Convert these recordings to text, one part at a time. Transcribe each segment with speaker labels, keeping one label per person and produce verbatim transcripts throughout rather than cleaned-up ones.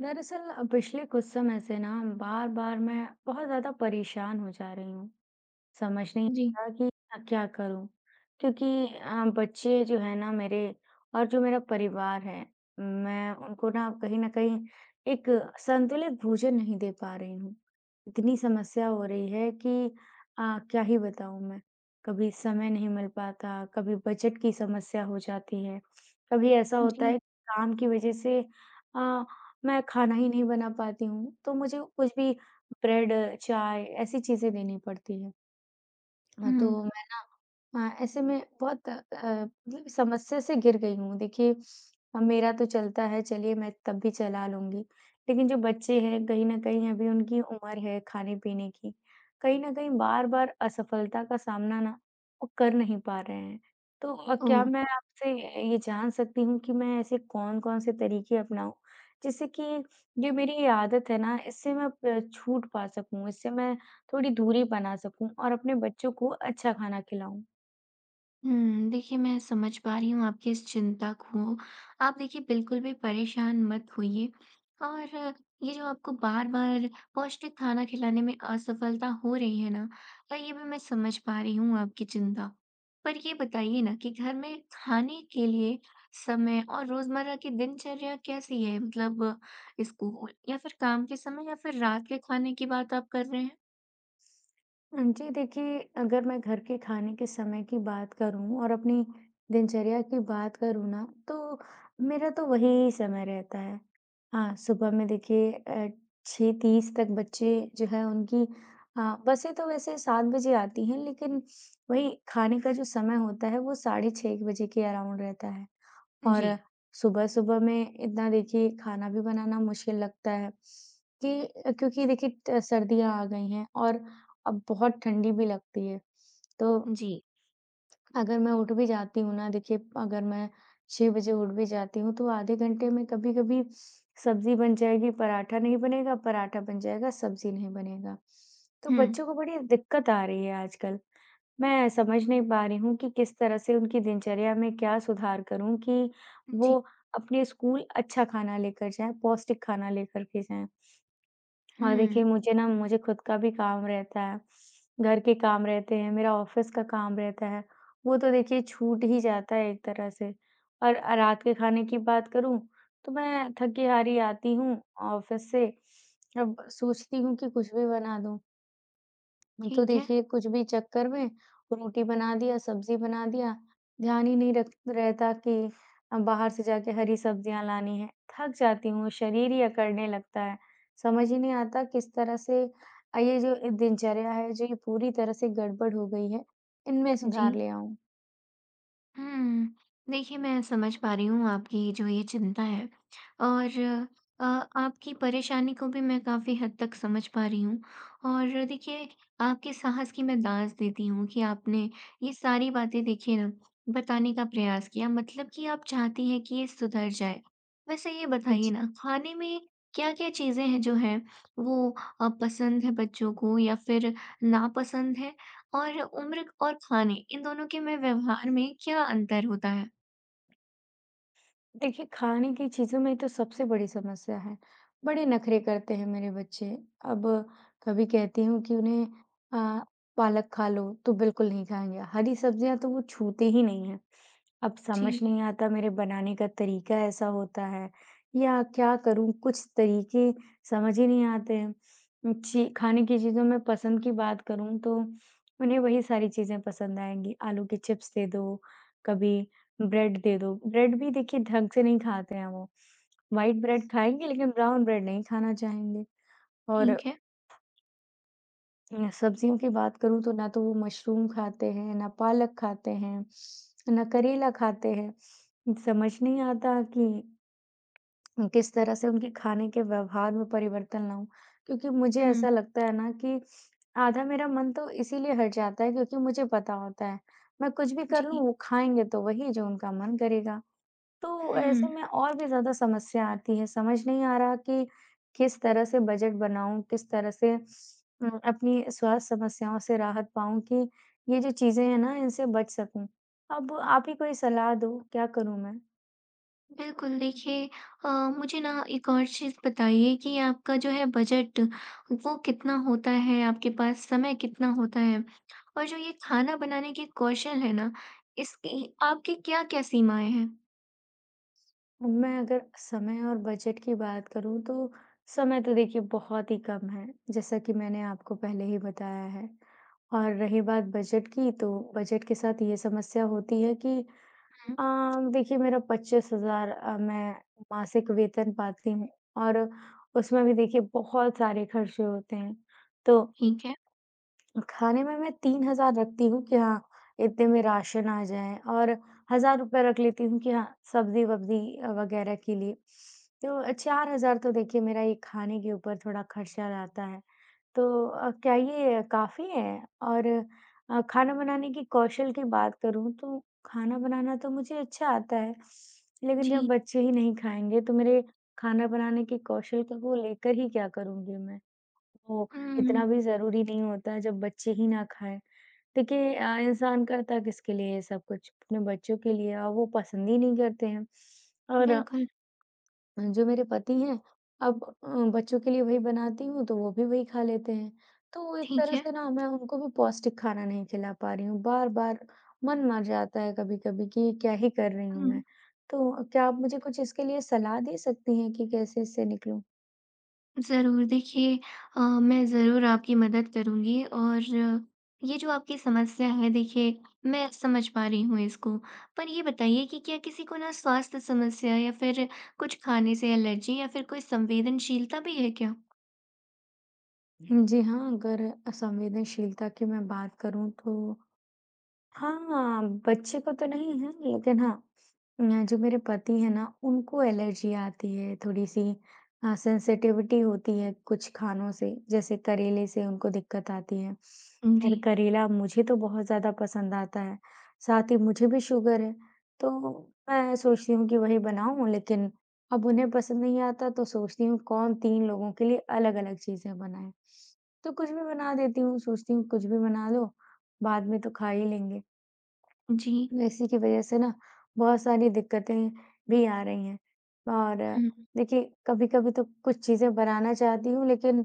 Speaker 1: दरअसल पिछले कुछ समय से ना बार बार मैं बहुत ज्यादा परेशान हो जा रही हूँ समझ नहीं
Speaker 2: जी,
Speaker 1: आता कि मैं क्या करूँ? क्योंकि अ, बच्चे जो हैं ना मेरे और जो मेरा परिवार है, मैं उनको ना कहीं न कहीं एक संतुलित भोजन नहीं दे पा रही हूँ। इतनी समस्या हो रही है कि अ, क्या ही बताऊँ मैं? कभी समय नहीं मिल पाता, कभी बजट की समस्या हो जाती है, कभी ऐसा होता
Speaker 2: जी।
Speaker 1: है कि काम की वजह से अ, मैं खाना ही नहीं बना पाती हूँ, तो मुझे कुछ भी ब्रेड, चाय ऐसी चीज़ें देनी पड़ती हैं। हाँ,
Speaker 2: हुँ।
Speaker 1: तो मैं ना अ, ऐसे में बहुत अ, मतलब समस्या से घिर गई हूँ। देखिए, अ, मेरा तो चलता है चलिए मैं तब भी चला लूँगी। लेकिन जो बच्चे हैं कहीं न कहीं अभी उनकी उम्र है खाने-पीने की। कहीं न कहीं बार-बार असफलता का सामना ना वो कर नहीं पा रहे हैं। तो अ,
Speaker 2: ओह!
Speaker 1: क्या मैं आपसे ये जान सकती हूँ कि मैं ऐसे कौन-कौन से तरीके अपनाऊँ जिससे कि जो मेरी ये आदत है ना इससे मैं प छूट पा सकूँ, इससे मैं थोड़ी दूरी बना सकूं और अपने बच्चों को अच्छा खाना खिलाऊं?
Speaker 2: हुँ, देखिए मैं समझ पा रही हूँ आपकी इस चिंता को। आप देखिए बिल्कुल भी परेशान मत होइए और अ, ये जो आपको बार-बार पौष्टिक खाना खिलाने में असफलता हो रही है ना, अ, ये भी मैं समझ पा रही हूँ आपकी चिंता। पर ये बताइए ना कि घर में खाने के लिए समय और रोज़मर्रा की दिनचर्या कैसी है? मतलब अ, स्कूल या फिर काम के समय या फिर रात के खाने की बात आप कर रहे हैं?
Speaker 1: जी देखिए, अगर मैं घर के खाने के समय की बात करूं और अपनी दिनचर्या की बात करूं ना तो मेरा तो वही समय रहता है। हाँ, सुबह में देखिए साढ़े छह तक बच्चे जो है उनकी अ, बसें तो वैसे सात बजे आती हैं लेकिन वही खाने का जो समय होता है वो साढ़े छह बजे के अराउंड रहता है।
Speaker 2: जी,
Speaker 1: और सुबह-सुबह में इतना देखिए खाना भी बनाना मुश्किल लगता है कि अ, क्योंकि देखिए त सर्दियाँ आ गई हैं और अब बहुत ठंडी भी लगती है। तो
Speaker 2: जी।
Speaker 1: अगर मैं उठ भी जाती हूँ ना देखिए अगर मैं छह बजे उठ भी जाती हूँ तो आधे घंटे में कभी-कभी सब्ज़ी बन जाएगी, पराठा नहीं बनेगा, पराठा बन जाएगा, सब्ज़ी नहीं बनेगा। तो
Speaker 2: हुँ,
Speaker 1: बच्चों को बड़ी दिक्कत आ रही है आजकल। मैं समझ नहीं पा रही हूँ कि किस तरह से उनकी दिनचर्या में क्या सुधार करूँ कि
Speaker 2: जी।
Speaker 1: वो अपने स्कूल अच्छा खाना लेकर जाएँ, पौष्टिक खाना लेकर के जाएँ। और
Speaker 2: हुँ,
Speaker 1: देखिए मुझे ना मुझे खुद का भी काम रहता है, घर के काम रहते हैं, मेरा ऑफ़िस का काम रहता है, वो तो देखिए छूट ही जाता है एक तरह से। और अ, रात के खाने की बात करूँ तो मैं थकी हारी आती हूँ ऑफ़िस से, अब सोचती हूँ कि कुछ भी बना दूँ तो
Speaker 2: ठीक है।
Speaker 1: देखिए कुछ भी चक्कर में रोटी बना दिया, सब्जी बना दिया, ध्यान ही नहीं रख रहता कि अ, बाहर से जाके हरी सब्जियाँ लानी है। थक जाती हूँ, शरीर ही अकड़ने लगता है। समझ ही नहीं आता किस तरह से अ, ये जो दिनचर्या है, जो ये पूरी तरह से गड़बड़ हो गई है, इनमें
Speaker 2: जी।
Speaker 1: सुधार ले आऊँ।
Speaker 2: हुँ, देखिए मैं समझ पा रही हूँ आपकी जो ये चिंता है और अ, आपकी परेशानी को भी मैं काफ़ी हद तक समझ पा रही हूँ और देखिए आपके साहस की मैं दाँत देती हूँ कि आपने ये सारी बातें देखिए ना बताने का प्रयास किया मतलब कि आप चाहती हैं कि ये सुधर जाए। वैसे ये बताइए
Speaker 1: जी।
Speaker 2: ना खाने में क्या-क्या चीज़ें हैं जो हैं वो अ, पसंद है बच्चों को या फिर नापसंद है? और उम्र और खाने इन दोनों के में व्यवहार में क्या अंतर होता है?
Speaker 1: देखिए, खाने की चीज़ों में तो सबसे बड़ी समस्या है। बड़े नखरे करते हैं मेरे बच्चे। अब कभी कहती हूँ कि उन्हें अ, पालक खा लो, तो बिल्कुल नहीं खाएँगे। हरी सब्जियाँ तो वो छूते ही नहीं हैं। अब
Speaker 2: जी,
Speaker 1: समझ नहीं आता मेरे बनाने का तरीका ऐसा होता है या क्या करूँ? कुछ तरीके समझ ही नहीं आते हैं। ची खाने की चीज़ों में पसंद की बात करूँ तो उन्हें वही सारी चीज़ें पसंद आएँगी। आलू के चिप्स दे दो, कभी ब्रेड दे दो। ब्रेड भी देखिए ढंग से नहीं खाते हैं वो। व्हाइट ब्रेड खाएँगे लेकिन ब्राउन ब्रेड नहीं खाना चाहेंगे। और
Speaker 2: ठीक है।
Speaker 1: अ, सब्जियों की बात करूँ तो ना तो वो मशरूम खाते हैं, ना पालक खाते हैं, ना करेला खाते हैं। समझ नहीं आता कि किस तरह से उनके खाने के व्यवहार में परिवर्तन लाऊँ? क्योंकि मुझे
Speaker 2: हुँ,
Speaker 1: ऐसा लगता है ना कि आधा मेरा मन तो इसीलिए हट जाता है क्योंकि मुझे पता होता है, मैं कुछ भी कर लूँ
Speaker 2: जी।
Speaker 1: वो खाएँगे तो वही जो उनका मन करेगा। तो ऐसे
Speaker 2: हुँ,
Speaker 1: में और भी ज़्यादा समस्या आती है, समझ नहीं आ रहा कि किस तरह से बजट बनाऊँ, किस तरह से उम, अपनी स्वास्थ्य समस्याओं से राहत पाऊँ कि ये जो चीज़ें हैं ना, इनसे बच सकूँ। अब आप ही कोई सलाह दो, क्या करूँ मैं?
Speaker 2: बिल्कुल देखिए अ, मुझे ना एक और चीज़ बताइए कि आपका जो है बजट वो कितना होता है? आपके पास समय कितना होता है? और जो ये खाना बनाने के कौशल है ना, इसकी आपकी क्या-क्या सीमाएँ हैं?
Speaker 1: मैं अगर समय और बजट की बात करूँ, तो समय तो देखिए बहुत ही कम है, जैसा कि मैंने आपको पहले ही बताया है और रही बात बजट की, तो बजट के साथ ये समस्या होती है कि
Speaker 2: हुँ,
Speaker 1: अ, देखिए मेरा पच्चीस हज़ार अ, मैं मासिक वेतन पाती हूँ और उसमें भी देखिए बहुत सारे खर्चे होते हैं। तो
Speaker 2: ठीक है।
Speaker 1: खाने में मैं तीन हज़ार रखती हूँ कि हाँ, इतने में राशन आ जाए और एक हज़ार रुपए रख लेती हूँ कि हाँ, सब्ज़ी-वब्ज़ी अ, वगैरह के लिए। तो चार हज़ार तो देखिए मेरा ये खाने के ऊपर थोड़ा खर्चा रहता है। तो अ, क्या ये काफ़ी है? और अ, खाना बनाने की कौशल की बात करूँ तो खाना बनाना तो मुझे अच्छा आता है, लेकिन
Speaker 2: जी।
Speaker 1: जब बच्चे ही नहीं खाएँगे तो मेरे खाना बनाने के कौशल को लेकर ही क्या करूँगी मैं? ओह!
Speaker 2: हुँ,
Speaker 1: इतना भी ज़रूरी नहीं होता है जब बच्चे ही ना खाएँ। देखिए अ, इंसान करता किसके लिए ये सब कुछ? अपने बच्चों के लिए और वो पसंद ही नहीं करते हैं। और अ,
Speaker 2: बिल्कुल,
Speaker 1: जो मेरे पति हैं, अब अ, बच्चों के लिए वही बनाती हूँ तो वो भी वही खा लेते हैं। तो एक
Speaker 2: ठीक
Speaker 1: तरह
Speaker 2: है।
Speaker 1: से ना मैं उनको भी पौष्टिक खाना नहीं खिला पा रही हूँ। बार-बार मन मर जाता है कभी-कभी कि ये क्या ही कर रही हूँ
Speaker 2: हुँ।
Speaker 1: मैं। तो क्या आप मुझे कुछ इसके लिए सलाह दे सकती हैं कि कैसे इससे निकलूँ?
Speaker 2: ज़रूर। देखिए अ, मैं ज़रूर आपकी मदद करूँगी और ये जो आपकी समस्या है देखिए, मैं समझ पा रही हूँ इसको। पर ये बताइए कि क्या किसी को ना स्वास्थ्य समस्या या फिर कुछ खाने से एलर्जी या फिर कोई संवेदनशीलता भी है क्या?
Speaker 1: जी हाँ, अगर संवेदनशीलता की मैं बात करूँ तो हाँ, बच्चे को तो नहीं है लेकिन हाँ, न जो मेरे पति हैं ना उनको एलर्जी आती है थोड़ी-सी अ, सेंसिटिविटी होती है कुछ खानों से, जैसे करेले से उनको दिक्कत आती है।
Speaker 2: जी,
Speaker 1: खैर करेला मुझे तो बहुत ज़्यादा पसंद आता है, साथ ही मुझे भी शुगर है, तो मैं सोचती हूँ कि वही बनाऊँ लेकिन अब उन्हें पसंद नहीं आता तो सोचती हूँ कौन तीन लोगों के लिए अलग-अलग चीज़ें बनाए। तो कुछ भी बना देती हूँ, सोचती हूँ कुछ भी बना लो, बाद में तो खा ही लेंगे।
Speaker 2: जी।
Speaker 1: इसी की वजह से ना बहुत सारी दिक्कतें भी आ रही हैं। और
Speaker 2: हुँ,
Speaker 1: देखिए, कभी-कभी तो कुछ चीज़ें बनाना चाहती हूँ, लेकिन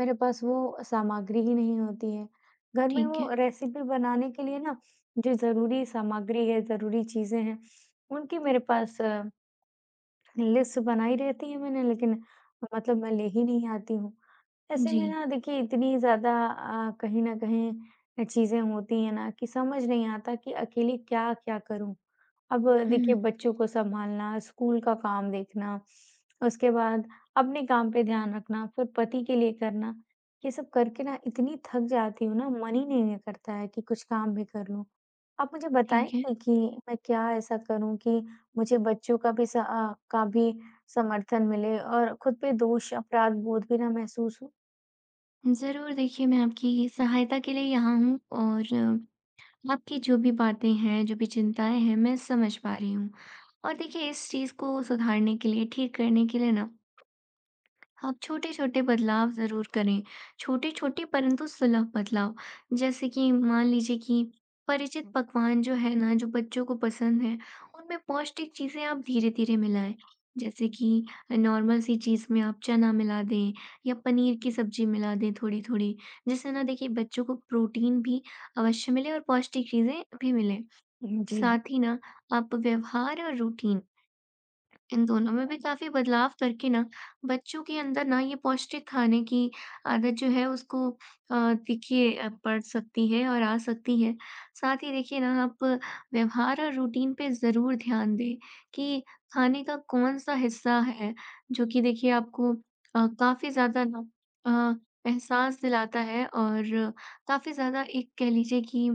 Speaker 1: मेरे पास वो सामग्री ही नहीं होती है। घर में
Speaker 2: ठीक है।
Speaker 1: वो रेसिपी बनाने के लिए ना, जो ज़रूरी सामग्री है, ज़रूरी चीज़ें हैं, उनकी मेरे पास लिस्ट बनाई रहती है मैंने लेकिन मतलब मैं ले ही नहीं आती हूँ। ऐसे
Speaker 2: जी।
Speaker 1: में ना देखिए इतनी ज़्यादा अ, कहीं न कहीं चीज़ें होती हैं ना कि समझ नहीं आता कि अकेले क्या-क्या करूँ? अब देखिए
Speaker 2: हुँ,
Speaker 1: बच्चों को सँभालना, स्कूल का काम देखना, उसके बाद अपने काम पे ध्यान रखना, फिर पति के लिए करना, ये सब करके ना इतनी थक जाती हूँ ना मन ही नहीं करता है कि कुछ काम भी कर लूँ। आप मुझे
Speaker 2: ठीक है।
Speaker 1: बताएँगे कि मैं क्या ऐसा करूँ कि मुझे बच्चों का भी स अ, का भी समर्थन मिले और खुद पे दोष, अपराध बोध भी ना महसूस हो।
Speaker 2: ज़रूर देखिए मैं आपकी सहायता के लिए यहाँ हूँ और आपकी जो भी बातें हैं, जो भी चिंताएँ हैं, मैं समझ पा रही हूँ। और देखिए इस चीज़ को सुधारने के लिए, ठीक करने के लिए ना आप छोटे छोटे बदलाव जरूर करें, छोटे छोटे परंतु सुलभ बदलाव। जैसे कि मान लीजिए कि परिचित पकवान जो है ना जो बच्चों को पसंद है, उनमें पौष्टिक चीजें आप धीरे धीरे मिलाएं। जैसे कि नॉर्मल सी चीज में आप चना मिला दें या पनीर की सब्जी मिला दें थोड़ी थोड़ी, जिससे ना देखिए बच्चों को प्रोटीन भी अवश्य मिले और पौष्टिक चीजें भी मिले।
Speaker 1: हुँ, जी।
Speaker 2: साथ ही ना आप व्यवहार और रूटीन इन दोनों में भी काफ़ी बदलाव करके ना बच्चों के अंदर ना ये पौष्टिक खाने की आदत जो है उसको अ, देखिए अ, पड़ सकती है और आ सकती है। साथ ही देखिए ना आप व्यवहार और रूटीन पे ज़रूर ध्यान दें कि खाने का कौन-सा हिस्सा है जो कि देखिए आपको अ, काफ़ी ज़्यादा ना अ, एहसास दिलाता है और काफ़ी ज़्यादा एक कह लीजिए कि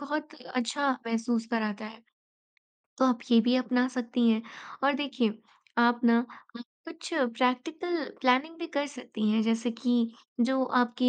Speaker 2: बहुत अच्छा महसूस कराता है। तो आप ये भी अपना सकती हैं। और देखिए आप ना अ, कुछ प्रैक्टिकल प्लानिंग भी कर सकती हैं। जैसे कि जो आपकी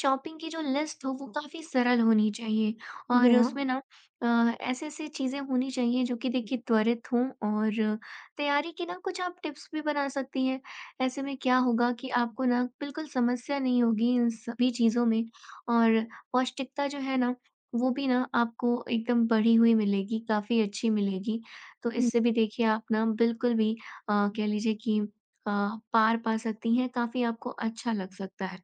Speaker 2: शॉपिंग की जो लिस्ट हो वो काफ़ी सरल होनी चाहिए और
Speaker 1: जी हाँ।
Speaker 2: उसमें ना अ, ऐसे ऐसे चीज़ें होनी चाहिए जो कि देखिए त्वरित हों और तैयारी की ना कुछ आप टिप्स भी बना सकती हैं। ऐसे में क्या होगा कि आपको ना बिल्कुल समस्या नहीं होगी इन सभी चीज़ों में और पौष्टिकता जो है ना वो भी ना आपको एकदम बढ़ी हुई मिलेगी, काफ़ी अच्छी मिलेगी। तो
Speaker 1: हुँ,
Speaker 2: इससे भी देखिए आप ना बिल्कुल भी अ, कह लीजिए कि अ, पार पा सकती हैं, काफ़ी आपको अच्छा लग सकता है।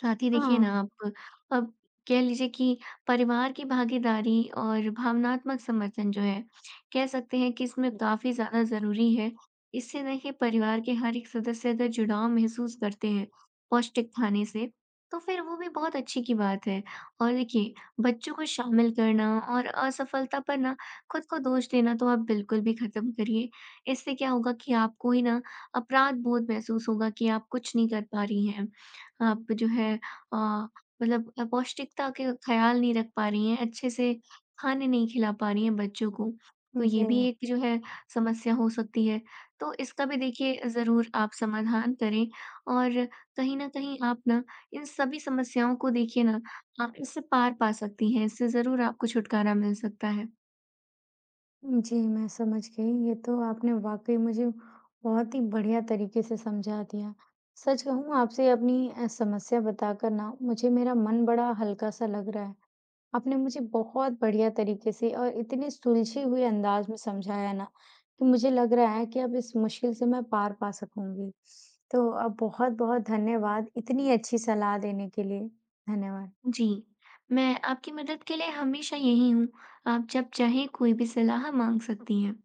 Speaker 2: साथ ही देखिए ना
Speaker 1: हाँ।
Speaker 2: आप अब कह लीजिए कि परिवार की भागीदारी और भावनात्मक समर्थन जो है, कह सकते हैं कि इसमें काफी ज्यादा जरूरी है। इससे देखिए परिवार के हर एक सदस्य अगर जुड़ाव महसूस करते हैं पौष्टिक खाने से, तो फिर वो भी बहुत अच्छी की बात है। और देखिए बच्चों को शामिल करना और असफलता पर ना खुद को दोष देना तो आप बिल्कुल भी खत्म करिए। इससे क्या होगा कि आपको ही ना अपराध बोध महसूस होगा कि आप कुछ नहीं कर पा रही हैं, आप जो है अ, मतलब अ, पौष्टिकता के ख़्याल नहीं रख पा रही हैं, अच्छे से खाने नहीं खिला पा रही हैं बच्चों को। तो
Speaker 1: जी,
Speaker 2: ये भी एक जो है समस्या हो सकती है। तो इसका भी देखिए ज़रूर आप समाधान करें और कहीं न कहीं आप ना इन सभी समस्याओं को देखिए ना आप इससे पार पा सकती हैं, इससे ज़रूर आपको छुटकारा मिल सकता है।
Speaker 1: जी, मैं समझ गई। ये तो आपने वाक़ई मुझे बहुत ही बढ़िया तरीके से समझा दिया। सच कहूँ आपसे अपनी अ, समस्या बताकर ना मुझे मेरा मन बड़ा हल्का-सा लग रहा है। आपने मुझे बहुत बढ़िया तरीके से और इतने सुलझे हुए अंदाज में समझाया ना कि मुझे लग रहा है कि अब इस मुश्किल से मैं पार पा सकूंगी। तो अब बहुत बहुत धन्यवाद इतनी अच्छी सलाह देने के लिए। धन्यवाद।
Speaker 2: जी, मैं आपकी मदद के लिए हमेशा यहीं हूँ। आप जब चाहें कोई भी सलाह माँग सकती हैं।